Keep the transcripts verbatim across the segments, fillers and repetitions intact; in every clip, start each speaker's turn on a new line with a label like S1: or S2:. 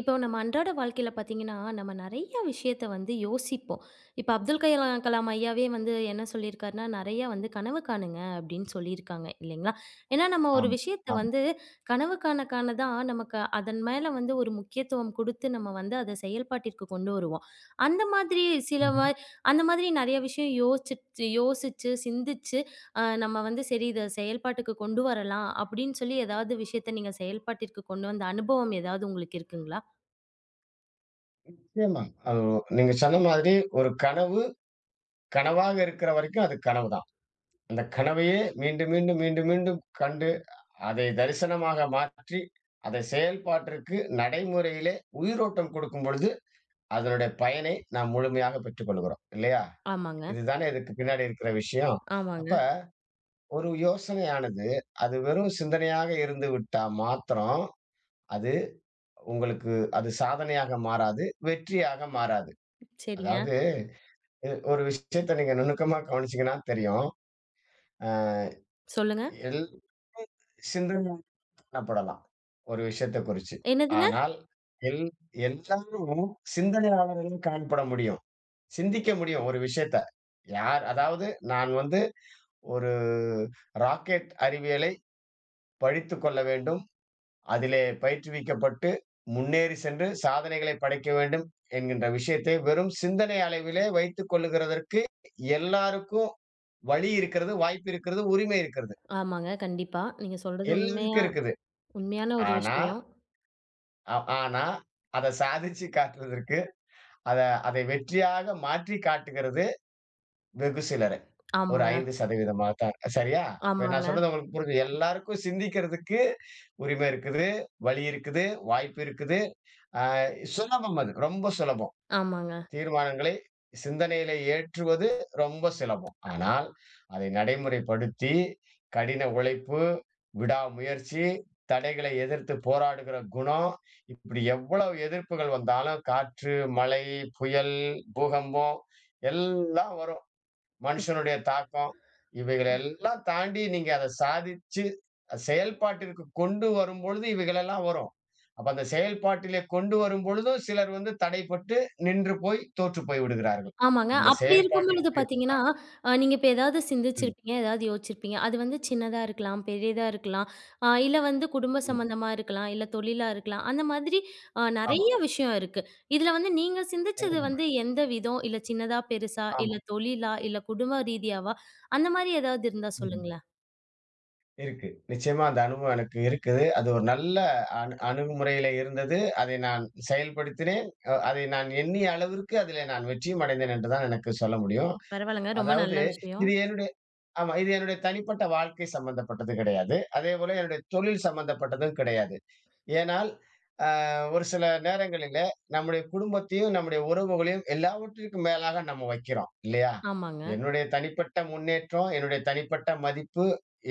S1: இப்போ நம்ம அன்றாட வாழ்க்கையில பார்த்தீங்கன்னா, நம்ம நெறைய விஷயத்த வந்து யோசிப்போம். இப்ப அப்துல் கலாம் கலாம் ஐயாவே வந்து என்ன சொல்லியிருக்காருன்னா, "நெறையா வந்து கனவு காணுங்க" அப்டின்னு சொல்லியிருக்காங்க இல்லைங்களா? ஏன்னா நம்ம ஒரு
S2: ஆமா,
S1: விஷயத்த
S2: ஆமா.
S1: வந்து கனவு காண காண தான் நமக்கு அதன் மேல வந்து ஒரு முக்கியத்துவம் குடுத்து நம்ம வந்து அத செயல்பாட்டிற்கு கொண்டு வருவோம். அந்த மாதிரி சில வ
S2: ம்ஹ்ம்.
S1: அந்த மாதிரி நெறைய விஷயம் யோசிச்சு யோசிச்சு, சிந்திச்சு அ நம்ம வந்து சரி இத செயல்பாட்டுக்கு கொண்டு வரலாம் அப்டின்னு சொல்லி ஏதாவது விஷயத்த நீங்க செயல்பாட்டிற்கு கொண்டு வந்த அனுபவம் ஏதாவது உங்களுக்கு இருக்குங்களா?
S2: நிச்சயமா. அது நீங்க சொன்ன மாதிரி ஒரு கனவு, கனவாக இருக்கிற வரைக்கும் அது கனவுதான். அந்த கனவையே மீண்டும், மீண்டும், மீண்டும், மீண்டும் கண்டு, அதை தரிசனமாக மாற்றி, அதை செயல்பாட்டிற்கு நடைமுறையிலே உயிரோட்டம் கொடுக்கும் பொழுது, அதனுடைய பயனை நாம் முழுமையாக பெற்றுக்கொள்கிறோம். இல்லையா?
S1: ஆமாங்க,
S2: இதுதானே இதுக்கு பின்னாடி இருக்கிற விஷயம்.
S1: ஆமாங்க.
S2: அப்ப ஒரு யோசனையானது, அது வெறும் சிந்தனையாக இருந்து விட்டா மாத்திரம், அது உங்களுக்கு அது சாதனையாக மாறாது, வெற்றியாக மாறாது.
S1: சரிங்க.
S2: அதாவது இது ஒரு விஷயத்த நீங்க நுணுக்கமா கவனிச்சீங்கன்னா தெரியும். அ
S1: சொல்லுங்க.
S2: எல் சிந்தனை காணப்படலாம். ஒரு விஷயத்த குறிச்சு.
S1: என்னதுங்க?
S2: ஆனால் எல் எல்லாரும் சிந்தனையாளர்களும் காணப்பட முடியும். சிந்திக்க முடியும் ஒரு விஷயத்த. யார் அதாவது நான் வந்து ஒரு ராக்கெட் அறிவியலை படித்துக் கொள்ள வேண்டும். அதிலே பயிற்றுவிக்கப்பட்டு முன்னேறி சென்று சாதனைகளை படைக்க வேண்டும் என்கின்ற விஷயத்தை வெறும் சிந்தனை அளவிலே வைத்துக் கொள்ளுகிறதற்கு எல்லாருக்கும் வழி இருக்கிறது, வாய்ப்பு இருக்கிறது, உரிமை இருக்கிறது.
S1: ஆமாங்க, கண்டிப்பா. நீங்க சொல்றது
S2: எல்லாருக்கும்
S1: உண்மையா
S2: இருக்குது.
S1: உண்மையான ஒரு
S2: ஆனா,
S1: விஷயம்.
S2: அ ஆனா அத சாதிச்சு காட்டுவதற்கு, அத அதை வெற்றியாக மாற்றி காட்டுகிறது வெகு சிலரு. ஒரு
S1: ஆமாங்க,
S2: ஐந்து சதவீதம் தான். சரியா? இப்ப நான்
S1: ஆமாங்க,
S2: சொல்றது உங்களுக்கு புரியுது. எல்லாருக்கும் சிந்திக்கிறதுக்கு உரிமை இருக்குது, வழி இருக்குது, வாய்ப்பு இருக்குது. அ சுலபம் அது. ரொம்ப சுலபம்.
S1: ஆமாங்க,
S2: தீர்மானங்களை சிந்தனையிலே ஏற்றுவது ரொம்ப சுலபம். ஆனால், அதை நடைமுறைப்படுத்தி, கடின உழைப்பு, விடாமுயற்சி, தடைகளை எதிர்த்து போராடுகிற குணம், இப்படி எவ்வளவு எதிர்ப்புகள் வந்தாலும், காற்று, மழை, புயல், பூகம்பம் எல்லாம் வரும். மனுஷனுடைய தாக்கம் இவைகளெல்லாம் தாண்டி நீங்க அத சாதிச்சு, செயல்பாட்டிற்கு கொண்டு வரும்பொழுது இவைகளெல்லாம் வரும். அப்ப அந்த செயல்பாட்டிலே கொண்டு வரும்பொழுதும் சிலர் வந்து தடைப்பட்டு நின்று போய் தோற்று போய் விடுகிறார்கள்.
S1: ஆமாங்க.
S2: இந்த
S1: அப்படி இருக்கும்பொழுது
S2: செயல்பாட்டிற்கு
S1: பார்த்தீங்கன்னா, அ நீங்க இப்ப ஏதாவது
S2: ம்,
S1: சிந்திச்சிருப்பீங்க, ஏதாவது யோசிச்சிருப்பீங்க. அது வந்து சின்னதா இருக்கலாம், பெரியதா இருக்கலாம், அ இல்ல வந்து குடும்ப
S2: ம்.
S1: சம்மந்தமா இருக்கலாம், இல்ல தொழிலா இருக்கலாம். அந்த மாதிரி அ
S2: ஆமா.
S1: நெறைய விஷயம் இருக்கு. இதுல வந்து நீங்க சிந்திச்சது
S2: கண்டிப்பா.
S1: வந்து எந்த விதம்? இல்ல சின்னதா, பெருசா,
S2: ஆமா.
S1: இல்ல தொழிலா, இல்ல குடும்ப ரீதியாவா? அந்த மாரி ஏதாவது இருந்தா
S2: ம்ஹ்ம்.
S1: சொல்லுங்களேன்?
S2: இருக்கு. நிச்சயமா அந்த அனுபவம் எனக்கு இருக்குது. அது ஒரு நல்ல அணு அணுகுமுறையில இருந்தது. அதை நான் செயல்படுத்தினேன். அ அதை நான் எண்ணிய அளவிற்கு அதிலே நான் வெற்றியும் அடைந்தேன் என்று தான் எனக்கு சொல்ல முடியும்.
S1: பரவால்லங்க. ரொம்ப
S2: அதாவது
S1: நல்ல விஷயம்.
S2: இது என்னுடைய ஆமா. இது என்னுடைய தனிப்பட்ட வாழ்க்கை சம்பந்தப்பட்டது கிடையாது. அதேபோல என்னுடைய தொழில் சம்பந்தப்பட்டதும் கிடையாது. ஏனால், அ ஒரு சில நேரங்களில நம்முடைய குடும்பத்தையும், நம்முடைய உறவுகளையும் எல்லாவற்றிற்கும் மேலாக நம்ம வைக்கிறோம். இல்லையா?
S1: ஆமாங்க,
S2: என்னுடைய தனிப்பட்ட முன்னேற்றம், என்னுடைய தனிப்பட்ட மதிப்பு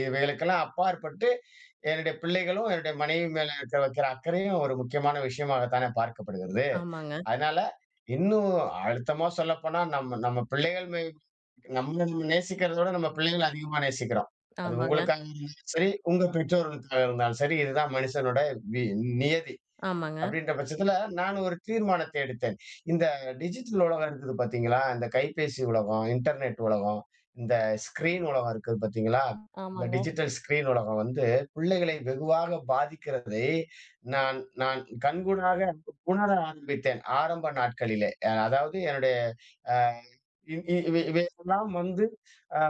S2: இவைகளுக்கெல்லாம் அப்பாற்பட்டு, என்னுடைய பிள்ளைகளும், என்னுடைய மனைவி மேல இருக்க வைக்கிற அக்கறையும் ஒரு முக்கியமான விஷயமாகத்தானே பார்க்கப்படுகிறது.
S1: ஆமாங்க,
S2: அதனால, இன்னும் அழுத்தமா சொல்லப்போனா, நம்ம நம்ம பிள்ளைகள் மே நம்மள நம்ம நேசிக்கிறத விட நம்ம பிள்ளைங்கள அதிகமா நேசிக்கிறோம். அது
S1: ஆமாங்க,
S2: உங்களுக்காக இருந்தாலும் சரி, உங்க பெற்றோர்களுக்காக இருந்தாலும் சரி, இதுதான் மனிஷனோட வி நியதி.
S1: ஆமாங்க,
S2: அப்படின்ற பட்சத்துல நான் ஒரு தீர்மானத்தை எடுத்தேன். இந்த டிஜிட்டல் உலகம் இருக்குது பாத்தீங்களா? இந்த கைபேசி உலகம், இன்டர்நெட் உலகம், இந்த ஸ்கிரீன் உலகம் இருக்குது பாத்தீங்களா? இந்த
S1: ஆமாங்க.
S2: டிஜிட்டல் ஸ்கிரீன் உலகம் வந்து பிள்ளைகளை வெகுவாக பாதிக்கிறதை நான் நான் கண்கூடாக உணர ஆரம்பித்தேன் ஆரம்ப நாட்களிலே. அஹ் அதாவது என்னுடைய அ இ இ இவை இவையெல்லாம் வந்து அ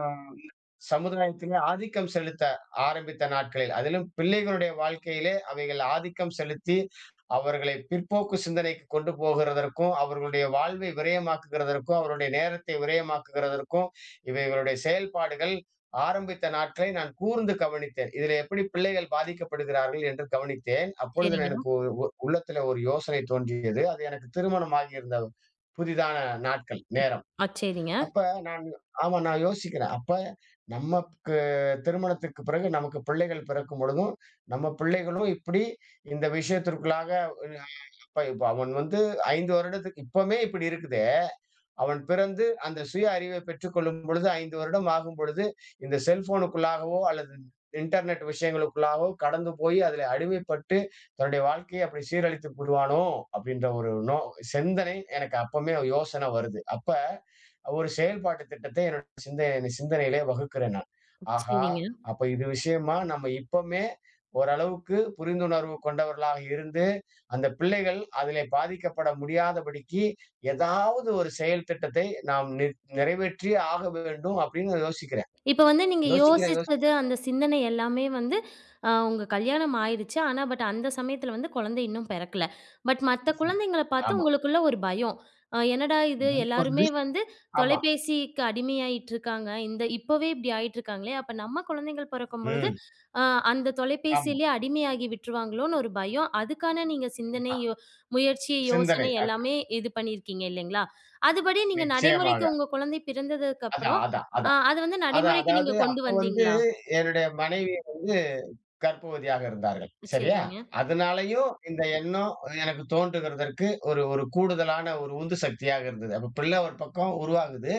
S2: சமுதாயத்திலே ஆதிக்கம் செலுத்த ஆரம்பித்த நாட்களில், அதிலும் பிள்ளைகளுடைய வாழ்க்கையிலே அவைகள் ஆதிக்கம் செலுத்தி, அவர்களை பிற்போக்கு சிந்தனைக்கு கொண்டு போகிறதற்கும், அவர்களுடைய வாழ்வை விரயமாக்குகிறதற்கும், அவருடைய நேரத்தை விரயமாக்குகிறதற்கும், இவைகளுடைய செயல்பாடுகள் ஆரம்பித்த நாட்களை நான் கூர்ந்து கவனித்தேன். இதில எப்படி பிள்ளைகள் பாதிக்கப்படுகிறார்கள் என்று கவனித்தேன். அப்பொழுது
S1: சரிங்க.
S2: எனக்கு ஒ ஒ உள்ளத்திலே ஒரு யோசனை தோன்றியது. அது எனக்கு திருமணமாகி இருந்த புதிதான நாட்கள், நேரம்.
S1: ஆ சரிங்க,
S2: அப்ப நான் ஆமா, நான் யோசிக்கிறேன். அப்ப நமக்கு திருமணத்துக்கு பிறகு நமக்கு பிள்ளைகள் பிறக்கும் பொழுதும், நம்ம பிள்ளைகளும் இப்படி இந்த விஷயத்திற்குள்ளாக அஹ் அப்ப இப்ப அவன் வந்து ஐந்து வருடத்துக்கு இப்பமே இப்படி இருக்குதே. அவன் பிறந்து அந்த சுய அறிவை பெற்றுக்கொள்ளும் பொழுது ஐந்து வருடம் ஆகும் பொழுது, இந்த செல்ஃபோனுக்குள்ளாகவோ அல்லது இன்டர்நெட் விஷயங்களுக்குள்ளாகவோ கடந்து போய் அதில அடிமைப்பட்டு தன்னுடைய வாழ்க்கையை அப்படி சீரழித்துக் விடுவானோ! அப்படின்ற ஒரு நோ சிந்தனை எனக்கு அப்பமே யோசனை வருது. அப்ப ஒரு செயல்பாட்டு திட்டத்தை என்னோட சிந்தனை சிந்தனையிலே வகுக்கிறேன் நான். ஆஹா!
S1: சரிங்க.
S2: அப்ப இது விஷயமா நம்ம இப்பமே ஓரளவுக்கு புரிந்துணர்வு கொண்டவர்களாக இருந்து, அந்த பிள்ளைகள் அதிலே பாதிக்கப்பட முடியாதபடிக்கு ஏதாவது ஒரு செயல் திட்டத்தை நாம் நி நிறைவேற்றியே ஆக வேண்டும் அப்படின்னு நான் யோசிக்கிறேன்.
S1: இப்ப வந்து நீங்க
S2: யோசிக்கிறேன்,
S1: யோசிச்சது,
S2: யோசிக்கிறேன்.
S1: அந்த சிந்தனை எல்லாமே வந்து அ உங்க கல்யாணம் ஆயிடுச்சு. ஆனா, பட் அந்த சமயத்துல வந்து குழந்தை இன்னும் பிறக்கல. பட் மத்த குழந்தைங்கள பார்த்து
S2: ஆமா.
S1: உங்களுக்குள்ள ஒரு பயம். அ என்னடா இது
S2: வருது.
S1: எல்லாருமே வந்து
S2: ஆமா.
S1: தொலைபேசிக்கு அடிமையாயிட்டுருக்காங்க. இந்த இப்பவே இப்படி ஆயிட்டுருக்காங்களே! அப்ப நம்ம குழந்தைகள் பிறக்கும்பொழுது,
S2: ம்.
S1: அ அந்த
S2: ஆமா.
S1: தொலைபேசியிலே அடிமையாகி விட்டுருவாங்களோன்னு ஒரு பயம். அதுக்கான நீங்க சிந்தனை,
S2: அ
S1: யோ முயற்சி,
S2: சிந்தனை.
S1: யோசனை
S2: அத்
S1: எல்லாமே இது பண்ணியிருக்கீங்க இல்லைங்களா? அதுபடி நீங்க
S2: நிச்சயமாக.
S1: நடைமுறைக்கு உங்க குழந்தை
S2: அதான்,
S1: பிறந்ததுக்கப்புறம்
S2: அதான்,
S1: ஆ
S2: அதான்.
S1: அது வந்து
S2: அதான்
S1: நடைமுறைக்கு நீங்க
S2: அதாவது
S1: கொண்டு
S2: அப்ப வந்து
S1: வந்தீங்களா?
S2: என்னுடைய மனைவி வந்து கர்ப்பவதியாக இருந்தார்கள். சரியா?
S1: சரிங்க.
S2: அதனாலயும் இந்த எண்ணம் எனக்கு தோன்றுகிறதற்கு ஒரு ஒரு கூடுதலான ஒரு உந்து சக்தியாக இருந்தது. அப்ப பிள்ளை ஒரு பக்கம் உருவாகுது.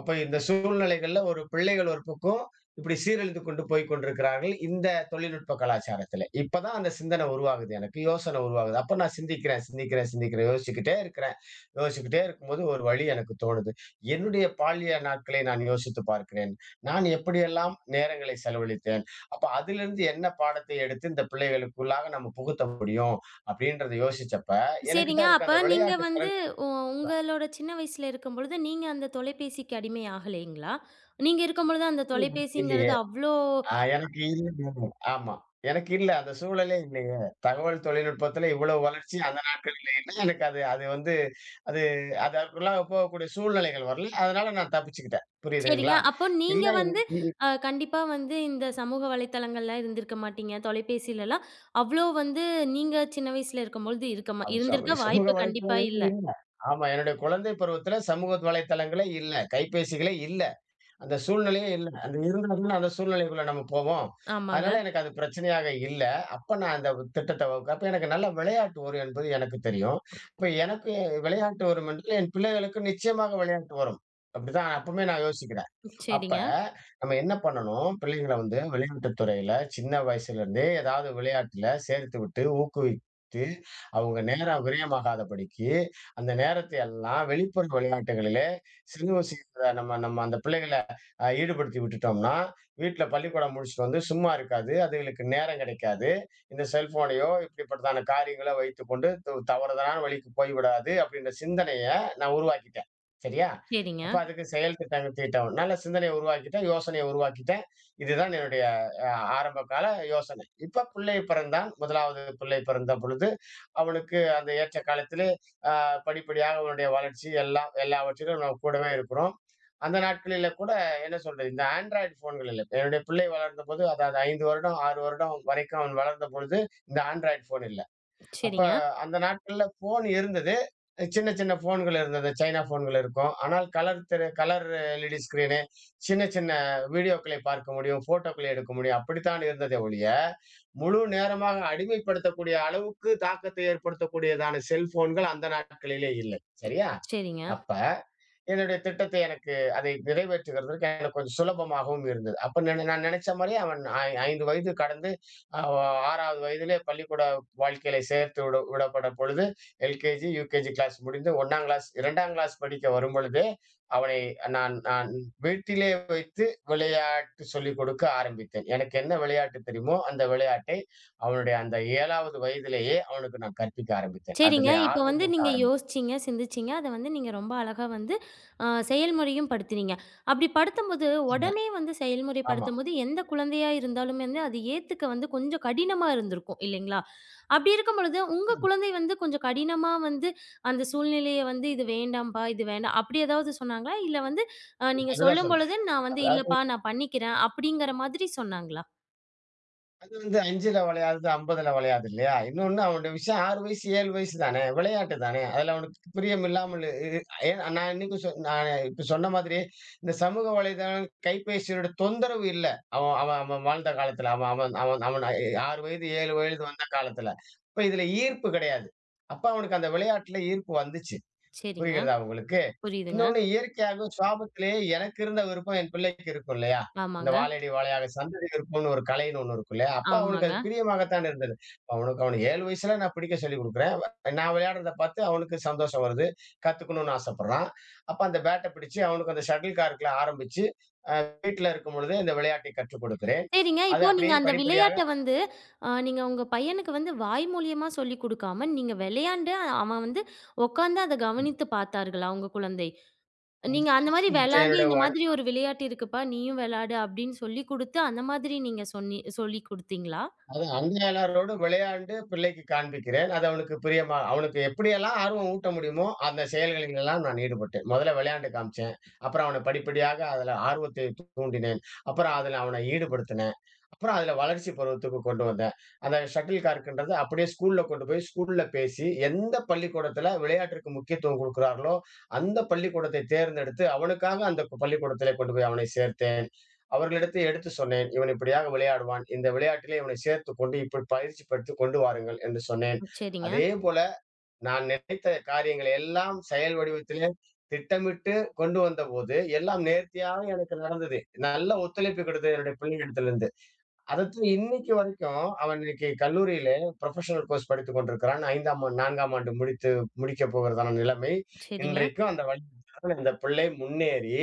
S2: அப்ப இந்த சூழ்நிலைகள்ல ஒரு பிள்ளைகள் ஒரு பக்கம் இப்படி சீரழிந்து கொண்டு போய் கொண்டிருக்கிறார்கள் இந்த தொழில்நுட்ப கலாச்சாரத்துல. இப்பதான் அந்த சிந்தனை உருவாகுது எனக்கு. யோசனை உருவாகுது. அப்ப நான் சிந்திக்கிறேன், சிந்திக்கிறேன், சிந்திக்கிறேன். யோசிச்சுக்கிட்டே இருக்கிறேன். யோசிச்சுக்கிட்டே இருக்கும்போது ஒரு வழி எனக்கு தோணுது. என்னுடைய பால்ய நாட்களை நான் யோசித்து பார்க்கிறேன். நான் எப்படியெல்லாம் நேரங்களை செலவழித்தேன். அப்ப அதிலிருந்து என்ன பாடத்தை எடுத்து இந்த பிள்ளைகளுக்குள்ளாக நம்ம புகுத்த முடியும் அப்படின்றத யோசிச்சப்ப, எனக்கிட்ட
S1: சரிங்க.
S2: இருக்க
S1: அப்ப
S2: அந்த
S1: நீங்க
S2: விளையாட்டு
S1: வந்து
S2: திறன்
S1: உ உங்களோட சின்ன வயசுல இருக்கும்பொழுது, நீங்க அந்த தொலைபேசிக்கு அடிமை ஆகலைங்களா? நீங்க இருக்கும்பொழுது அந்த
S2: இல்லையே!
S1: தொலைபேசிங்கிறது அவ்ளோ
S2: ஆ எனக்கு இல்ல. ஆமா. எனக்கு இல்ல. அந்த சூழலே இல்லையே. தகவல் தொழில்நுட்பத்துல இவ்வளவு வளர்ச்சி அந்த நாட்கள் இல்லைன்னா, எனக்கு அது அது வந்து அது அதற்குள்ள போகக்கூடிய சூழ்நிலைகள் வரல. அதனால நான் தப்பிச்சுக்கிட்டேன்.
S1: சரிங்க.
S2: புரியுதுங்களா?
S1: அப்போ
S2: இல்ல.
S1: நீங்க
S2: என்-
S1: வந்து
S2: இ-
S1: அ கண்டிப்பா வந்து இந்த சமூக வலைத்தளங்கள்ல இருந்திருக்க மாட்டீங்க. தொலைபேசிலலாம் அவ்ளோ வந்து நீங்க சின்ன வயசுல இருக்கும்பொழுது இருக்கமா
S2: அது சம-
S1: இருந்திருக்க
S2: சமூக
S1: வாய்ப்பு கண்டிப்பா இல்ல.
S2: வலைத்தளங்களும் இல்ல. ஆமா. என்னுடைய குழந்தை பருவத்துல சமூக வலைத்தளங்களே இல்ல. கைபேசிகளே இல்ல. அந்த சூழ்நிலையே இல்ல. அது இருந்தா தான அந்த சூழ்நிலைக்குள்ள நம்ம போவோம்.
S1: ஆமாங்க.
S2: அதனால எனக்கு அது பிரச்சனையாக இல்ல. அப்ப நான் அந்த திட்டத்த வகு அப்ப எனக்கு நல்லா விளையாட்டு வரும் என்பது எனக்கு தெரியும். அப்ப எனக்கு விளையாட்டு வரும் என்றால், என் பிள்ளைகளுக்கு நிச்சயமாக விளையாட்டு வரும். அப்படிதான் அப்பவுமே நான் யோசிக்கிறேன். அப்ப
S1: சரிங்க,
S2: நம்ம என்ன பண்ணணும், பிள்ளைங்கள வந்து விளையாட்டுத் துறையில சின்ன வயசுலேருந்தே ஏதாவது விளையாட்டுல சேர்த்து விட்டு, ஊக்குவித்து, அவங்க நேரம் விரயமாகாதபடிக்கு, அந்த நேரத்தை எல்லாம் வெளிப்புற விளையாட்டுகளிலே, சிறு வயசுல நம்ம நம்ம அந்த பிள்ளைகள அ ஈடுபடுத்தி விட்டுட்டோம்னா, வீட்ல பள்ளிக்கூடம் முடிச்சுட்டு வந்து சும்மா இருக்காது. அதுகளுக்கு நேரம் கிடைக்காது. இந்த செல்ஃபோனையோ, இப்படிப்பட்டதான காரியங்கள வைத்துக்கொண்டு த தவறுதலான வழிக்கு போய்விடாது அப்படின்ற சிந்தனைய நான் உருவாக்கிட்டேன். சரியா?
S1: சரிங்க,
S2: அப்ப அதுக்கு செயல் திட்டம் தீட்டம். நல்ல சிந்தனைய உருவாக்கிட்டேன், யோசனைய உருவாக்கிட்டேன். இதுதான் என்னுடைய அ ஆரம்ப கால யோசனை. இப்ப பிள்ளை பிறந்தான். முதலாவது பிள்ளை பிறந்த பொழுது, அவனுக்கு அந்த ஏற்ற காலத்திலே, அ படிப்படியாக அவனுடைய வளர்ச்சி எல்லாம் எல்லாவற்றிலும் நம்ம கூடவே இருக்கிறோம். அந்த நாட்களில கூட என்ன சொல்றது, இந்த ஆண்ட்ராய்டு ஃபோன்களில என்னுடைய பிள்ளை வளர்ந்தபோது, அதாவது ஐந்து வருடம், ஆறு வருடம் வரைக்கும் அவன் வளர்ந்தபொழுது, இந்த ஆண்ட்ராய்டு ஃபோன் இல்ல. அப்ப
S1: சரிங்க,
S2: அந்த நாட்கள்ல ஃபோன் இருந்தது. சின்ன சின்ன ஃபோன்கள் இருந்தது. சைனா ஃபோன்கள் இருக்கும். ஆனால் கலர் திரை கலர் எல்இடி ஸ்க்ரீனு, சின்ன சின்ன வீடியோக்களை பார்க்க முடியும், ஃபோட்டோக்களை எடுக்க முடியும். அப்படித்தான் இருந்ததே ஒழிய, முழு நேரமாக அடிமைப்படுத்தக்கூடிய அளவுக்கு தாக்கத்தை ஏற்படுத்தக்கூடியதான செல்ஃபோன்கள் அந்த நாட்களிலே இல்லை. சரியா?
S1: சரிங்க.
S2: அப்ப என்னுடைய திட்டத்தை எனக்கு அதை நிறைவேற்றுகிறதற்கு எனக்கு கொஞ்சம் சுலபமாகவும் இருந்தது. அப்ப நென நான் நினைச்ச மாரியே அவன் ஐ ஐந்து வயது கடந்து அ ஆறாவது வயதிலே பள்ளிக்கூட வாழ்க்கையில சேர்த்து விட விடப்பட பொழுது, எல்கேஜி, யுகேஜி கிளாஸ் முடிந்து முதலாம் கிளாஸ் இரண்டாம் கிளாஸ் படிக்க வரும்பொழுதே, அவனை நான் நான் வீட்டிலே வைத்து விளையாட்டு சொல்லிக் கொடுக்க ஆரம்பித்தேன். எனக்கு என்ன விளையாட்டு தெரியுமோ, அந்த விளையாட்டை அவனுடைய அந்த ஏழாவது வயதிலேயே அவனுக்கு நான் கற்பிக்க ஆரம்பித்தேன்.
S1: சரிங்க.
S2: அதிலே
S1: இப்ப வந்து
S2: ஆர்வமூட்ட
S1: நீங்க
S2: ஆரம்பித்தேன்.
S1: யோசிச்சீங்க, சிந்திச்சீங்க. அத வந்து நீங்க ரொம்ப அழகா வந்து அ செயல்முறையும் படுத்தினீங்க. அப்படி படுத்தும்போது, உடனே வந்து
S2: ஆமா.
S1: செயல்முறைப்படுத்தும்போது, எந்த குழந்தையா இருந்தாலும் வந்து அது ஏத்துக்க வந்து கொஞ்சம் கடினமா இருந்திருக்கும் இல்லைங்களா? அப்படி இருக்கும் பொழுது, உங்க குழந்தை வந்து கொஞ்சம் கடினமா வந்து அந்த சூழ்நிலைய வந்து, "இது வேண்டாம்ப்பா, இது வேண்டாம்." அப்படி ஏதாவது சொன்னாங்களா? இல்ல வந்து அ நீங்க
S2: அதுதான் சொல்றேன்.
S1: சொல்லும்பொழுது, "நான் வந்து
S2: அதாவது
S1: இல்லப்பா நான் பண்ணிக்கிறேன்." அப்படிங்கிற மாதிரி சொன்னாங்களா?
S2: அது வந்து ஐந்தில் விளையாதது ஐம்பதில் விளையாது இல்லையா? இன்னொன்னு அவனுடைய விஷயம் ஆறு வயசு, ஏழு வயசு தானே! விளையாட்டு தானே! அதுல அவனுக்கு பிரியம் இல்லாமல் இ ஏ நான் இன்னைக்கும் சொ நான் இப்ப சொன்ன மாதிரி இந்த சமூக வலைதளம், கைபேசியோட தொந்தரவு இல்ல. அவன் அவன் அவன் வாழ்ந்த காலத்துல. அவன் அவன் அவன் அவன் ஆறு வயது, ஏழு வயது வந்த காலத்துல. அப்ப இதுல ஈர்ப்பு கிடையாது. அப்ப அவனுக்கு அந்த விளையாட்டுல ஈர்ப்பு வந்துச்சு.
S1: சரிங்க.
S2: புரிகிறதா உங்களுக்கு?
S1: புரியுதுங்க.
S2: இன்னொன்னு இயற்கையாகவே சுவாபத்திலேயே எனக்கு இருந்த விருப்பம் என் பிள்ளைக்கு இருக்கும் இல்லையா? அந்த
S1: ஆமாங்க,
S2: "வாழையடி வாழையாக சந்ததி விருப்பம்னு" ஒரு கலைன்னு ஒண்ணு இருக்கும் இல்லையா? அப்ப அவனுக்கு அது
S1: ஆமாங்க.
S2: பிரியமாகத்தான் இருந்தது. அவனுக்கு அவன ஏழு வயசுல நான் பிடிக்க சொல்லிக் குடுக்குறேன். நான் விளையாடுறத பார்த்து அவனுக்கு சந்தோஷம் வருது. கத்துக்கணும்னு ஆசைப்படுறான். அப்ப அந்த பேட்ட பிடிச்சு அவனுக்கு அந்த ஷட்டில் கார்க்ல ஆரம்பிச்சு, அ வீட்ல இருக்கும் பொழுதே இந்த விளையாட்டை கற்றுக் கொடுக்கிறேன்.
S1: சரிங்க.
S2: அது
S1: இப்போ நீங்க
S2: அப்படியே
S1: அந்த
S2: படிப்படியாக
S1: விளையாட்ட வந்து, அ நீங்க உங்க பையனுக்கு வந்து வாய் மூலியமா சொல்லிக் குடுக்காம, நீங்க விளையாண்டு அவன் வந்து உட்கார்ந்து அத கவனித்து பார்த்தார்களா உங்க குழந்தை? நீங்க அந்த
S2: முதல்ல
S1: மாரி விளையாண்டு,
S2: என்னுடைய
S1: "இந்த மாதிரி ஒரு விளையாட்டு இருக்குப்பா, நீயும் விளையாடு" அப்படின்னு சொல்லிக் குடுத்து, அந்த மாதிரி நீங்க சொன்னி சொல்லிக் குடுத்தீங்களா?
S2: அது அங்கையாளரோடு விளையாண்டு பிள்ளைக்குக் காண்பிக்கிறேன். அது அவனுக்கு பிரியமா அவனுக்கு எப்படியெல்லாம் ஆர்வம் ஊட்ட முடியுமோ, அந்த செயல்களில் எல்லாம் நான் ஈடுபட்டேன். முதல்ல விளையாண்டு காமிச்சேன். அப்புறம் அவன படிப்படியாக அதுல ஆர்வத்தைத் தூண்டினேன். அப்புறம் அதுல அவன ஈடுபடுத்தினேன். அப்புறம் அதுல வளர்ச்சி பருவத்துக்கு கொண்டு வந்தேன். அந்த ஷட்டில் கார்க்ன்றது அப்படியே ஸ்கூல்ல கொண்டு போய் ஸ்கூல்ல பேசி, எந்த பள்ளிக்கூடத்துல விளையாட்டிற்கு முக்கியத்துவம் குடுக்கிறார்களோ, அந்த பள்ளிக்கூடத்தை தேர்ந்தெடுத்து அவனுக்காக அந்த பள்ளிக்கூடத்திலே கொண்டு போய் அவனை சேர்த்தேன். அவர்களிடத்தில் எடுத்து சொன்னேன். "இவன் இப்படியாக விளையாடுவான். இந்த விளையாட்டிலே இவனை சேர்த்துக் கொண்டு இப்படி பயிற்சி படுத்திக் கொண்டு வாருங்கள்" என்று சொன்னேன்.
S1: சரிங்க,
S2: அதேபோல நான் நினைத்த காரியங்களை எல்லாம் செயல் வடிவத்திலே திட்டமிட்டு கொண்டு வந்தபோது, எல்லாம் நேர்த்தியாக எனக்கு நடந்தது. நல்ல ஒத்துழைப்பு கிடைத்தது என்னுடைய பிள்ளைகளிடத்திலிருந்து. அதைத்தான் இன்னைக்கு வரைக்கும் அவன் இன்னைக்கு கல்லூரியிலே ப்ரொஃபஷனல் கோர்ஸ் படித்துக் கொண்டிருக்கிறான். 5ஆம் ஆண்டு நான்காம் ஆண்டு முடித்து முடிக்கப் போகிறதான நிலைமை.
S1: சரிங்க.
S2: இன்றைக்கும் அந்த வழியில் இந்த பிள்ளை முன்னேறி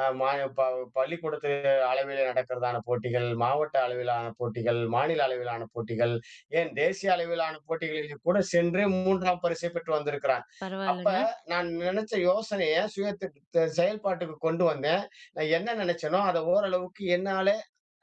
S2: அ மா ப பள்ளிக்கூடத்து அளவிலே நடக்கிறதான போட்டிகள், மாவட்ட அளவிலான போட்டிகள், மாநில அளவிலான போட்டிகள், ஏன் தேசிய அளவிலான போட்டிகளில் கூட சென்று மூன்றாம் பரிசை பெற்று வந்திருக்கிறான். அப்ப
S1: பரவாயில்லங்க.
S2: நான் நினைச்ச யோசனைய சுய திட்ட செயல்பாட்டுக்கு கொண்டு வந்தேன். நான் என்ன நினைச்சேனோ, அதை ஓரளவுக்கு என்னால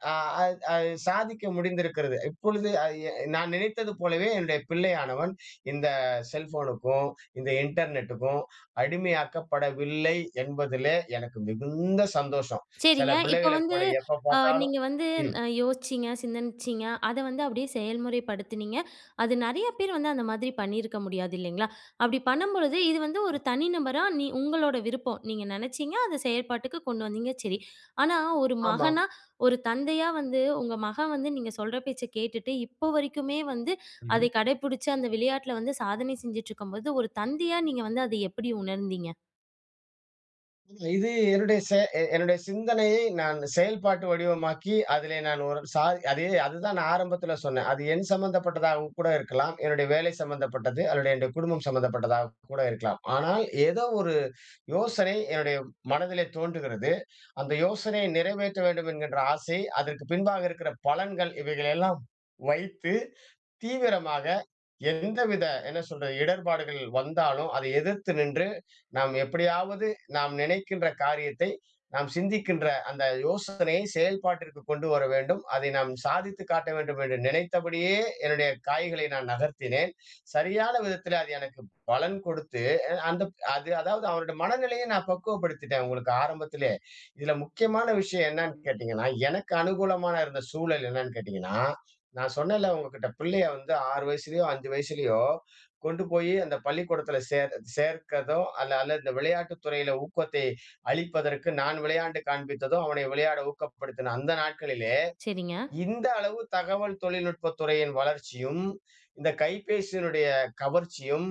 S2: ஆஹ் அ அது அது சாதிக்க முடிந்திருக்கிறது. இப்பொழுது அது எ நான் நினைத்தது போலவே என்னுடைய பிள்ளையானவன் இந்த செல்ஃபோனுக்கும், இந்த இன்டர்நெட்டுக்கும் அடிமையாக்கப்படவில்லை என்பதிலே எனக்கு மிகுந்த சந்தோஷம்.
S1: சரிங்க.
S2: சில
S1: இப்ப
S2: பிள்ளைகளைப்
S1: வந்து
S2: போல எப்ப
S1: அ
S2: பார்த்தாலும்
S1: நீங்க வந்து
S2: ம்.
S1: அ யோசிச்சீங்க, சிந்தனிச்சீங்க. அத வந்து அப்படியே செயல்முறைப்படுத்துனீங்க. அது நெறைய பேர் வந்து அந்த மாதிரி பண்ணியிருக்க முடியாது இல்லைங்களா? அப்படி பண்ணும்பொழுது இது வந்து ஒரு தனிநபரா நீ உங்களோட விருப்பம். நீங்க நெனச்சீங்க, அத செயல்பாட்டுக்கு கொண்டு வந்தீங்க சரி. ஆனா ஒரு
S2: ஆமாம்.
S1: மகனா, ஒரு தந்தையா வந்து உங்க மகன் வந்து நீங்க சொல்ற பேச்ச கேட்டுட்டு, இப்போ வரைக்குமே வந்து
S2: ம்ஹ்ம்.
S1: அதை கடைபிடிச்சு அந்த விளையாட்டுல வந்து சாதனை செஞ்சுட்டு இருக்கும்போது, ஒரு தந்தையா நீங்க வந்து அதை எப்படி உணர்ந்தீங்க?
S2: இது என்னுடைய செ எ என்னுடைய சிந்தனையை நான் செயல்பாட்டு வடிவமாக்கி, அதிலே நான் ஒரு சா அதே அதுதான் நான் ஆரம்பத்தில சொன்னேன். அது என் சம்மந்தப்பட்டதாக கூட இருக்கலாம். என்னுடைய வேலை சம்மந்தப்பட்டது, அல்லது என்னுடைய குடும்பம் சம்மந்தப்பட்டதாக கூட இருக்கலாம். ஆனால் ஏதோ ஒரு யோசனை என்னுடைய மனதிலே தோன்றுகிறது. அந்த யோசனையை நிறைவேற்ற வேண்டும் என்கின்ற ஆசை, அதற்கு பின்பாக இருக்கிற பலன்கள் இவைகளெல்லாம் வைத்து தீவிரமாக எந்தவித என்ன சொல்றது இடர்பாடுகள் வந்தாலும் அதை எதிர்த்து நின்று நாம் எப்படியாவது நாம் நினைக்கின்ற காரியத்தை நாம் சிந்திக்கின்ற அந்த யோசனையை செயல்பாட்டிற்கு கொண்டு வர வேண்டும் அதை நாம் சாதித்து காட்ட வேண்டும் என்று நினைத்தபடியே என்னுடைய காய்களை நான் நகர்த்தினேன் சரியான விதத்துல அது எனக்கு பலன் கொடுத்து அஹ் அந்த அது அதாவது அவருடைய மனநிலையை நான் பக்குவப்படுத்திட்டேன் உங்களுக்கு ஆரம்பத்திலே இதுல முக்கியமான விஷயம் என்னன்னு கேட்டீங்கன்னா எனக்கு அனுகூலமான இருந்த சூழல் என்னன்னு கேட்டீங்கன்னா நான் சொன்னேன்ல உங்ககிட்ட பிள்ளைய வந்து ஆறு வயசுலயோ, ஐந்து வயசுலயோ கொண்டு போயி அந்த பள்ளிக்கூடத்துல சேர் சேர்க்கதோ, அல்ல அல்ல இந்த விளையாட்டுத் துறையில ஊக்கத்தை அளிப்பதற்கு நான் விளையாண்டு காண்பித்ததோ, அவனை விளையாட ஊக்கப்படுத்தின அந்த நாட்களிலே,
S1: சரிங்க.
S2: இந்த அளவு தகவல் தொழில்நுட்பத் துறையின் வளர்ச்சியும், இந்த கைபேசியினுடைய கவர்ச்சியும்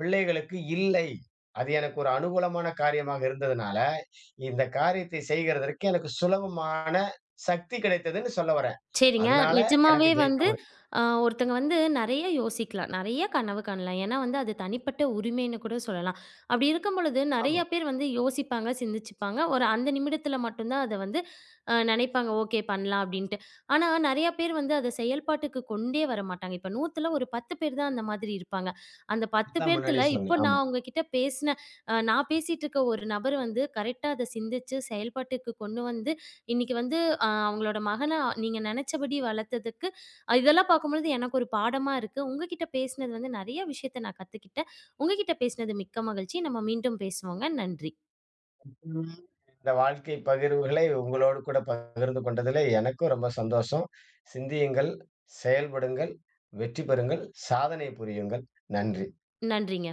S2: பிள்ளைகளுக்கு இல்லை. அது எனக்கு ஒரு அனுகூலமான காரியமாக இருந்ததுனால, இந்த காரியத்தை செய்கிறதற்கு எனக்கு சுலபமான சக்தி கிடைத்ததுன்னு சொல்ல வரேன்.
S1: சரிங்க.
S2: அதனால எனக்கு
S1: நிஜமாவே
S2: ஜெயிக்க
S1: வந்து
S2: முடியும்.
S1: அ ஒருத்தங்க வந்து நெறைய யோசிக்கலாம். நெறைய கனவு காணலாம். ஏன்னா வந்து அது தனிப்பட்ட உரிமைன்னு கூட சொல்லலாம். அப்படி இருக்கும் பொழுது
S2: ஆமா.
S1: நெறைய பேர் வந்து யோசிப்பாங்க, சிந்திச்சுப்பாங்க. ஒரு அந்த நிமிடத்தில மட்டும் தான் அத வந்து அ நெனைப்பாங்க. ஓகே பண்ணலாம் அப்படின்ட்டு. ஆனா நெறைய பேர் வந்து அத செயல்பாட்டுக்கு கொண்டே வரமாட்டாங்க. இப்ப நூறுல ஒரு பத்து பேர் தான் அந்த மாதிரி இருப்பாங்க. அந்த பத்து
S2: அதான் முன்னாடியே
S1: பேத்துல
S2: சொன்னேன்.
S1: இப்போ
S2: ஆமா.
S1: நான் உங்ககிட்ட பேசின அ நான் பேசிட்டு இருக்க ஒரு நபர் வந்து கரெக்ட்டா அத சிந்திச்சு செயல்பாட்டுக்கு கொண்டு வந்து, இன்னைக்கு வந்து அ அவங்களோட மகன நீங்க நெனச்சபடி வளர்த்ததுக்கு, அஹ் இதெல்லாம் பார்க்கும்பொழுது எனக்கு ஒரு பாடமா இருக்கு. உங்ககிட்ட பேசினது வந்து நெறைய விஷயத்த நான் கத்துக்கிட்டேன். உங்ககிட்ட பேசினது மிக்க மகிழ்ச்சி. நம்ம மீண்டும் பேசுவோங்க. நன்றி.
S2: ம். இந்த வாழ்க்கை பகிர்வுகளை உங்களோடு கூட பகிர்ந்து கொண்டதிலே எனக்கும் ரொம்ப சந்தோஷம். சிந்தியுங்கள், செயல்படுங்கள், வெற்றி பெறுங்கள், சாதனை புரியுங்கள். நன்றி.
S1: நன்றிங்க.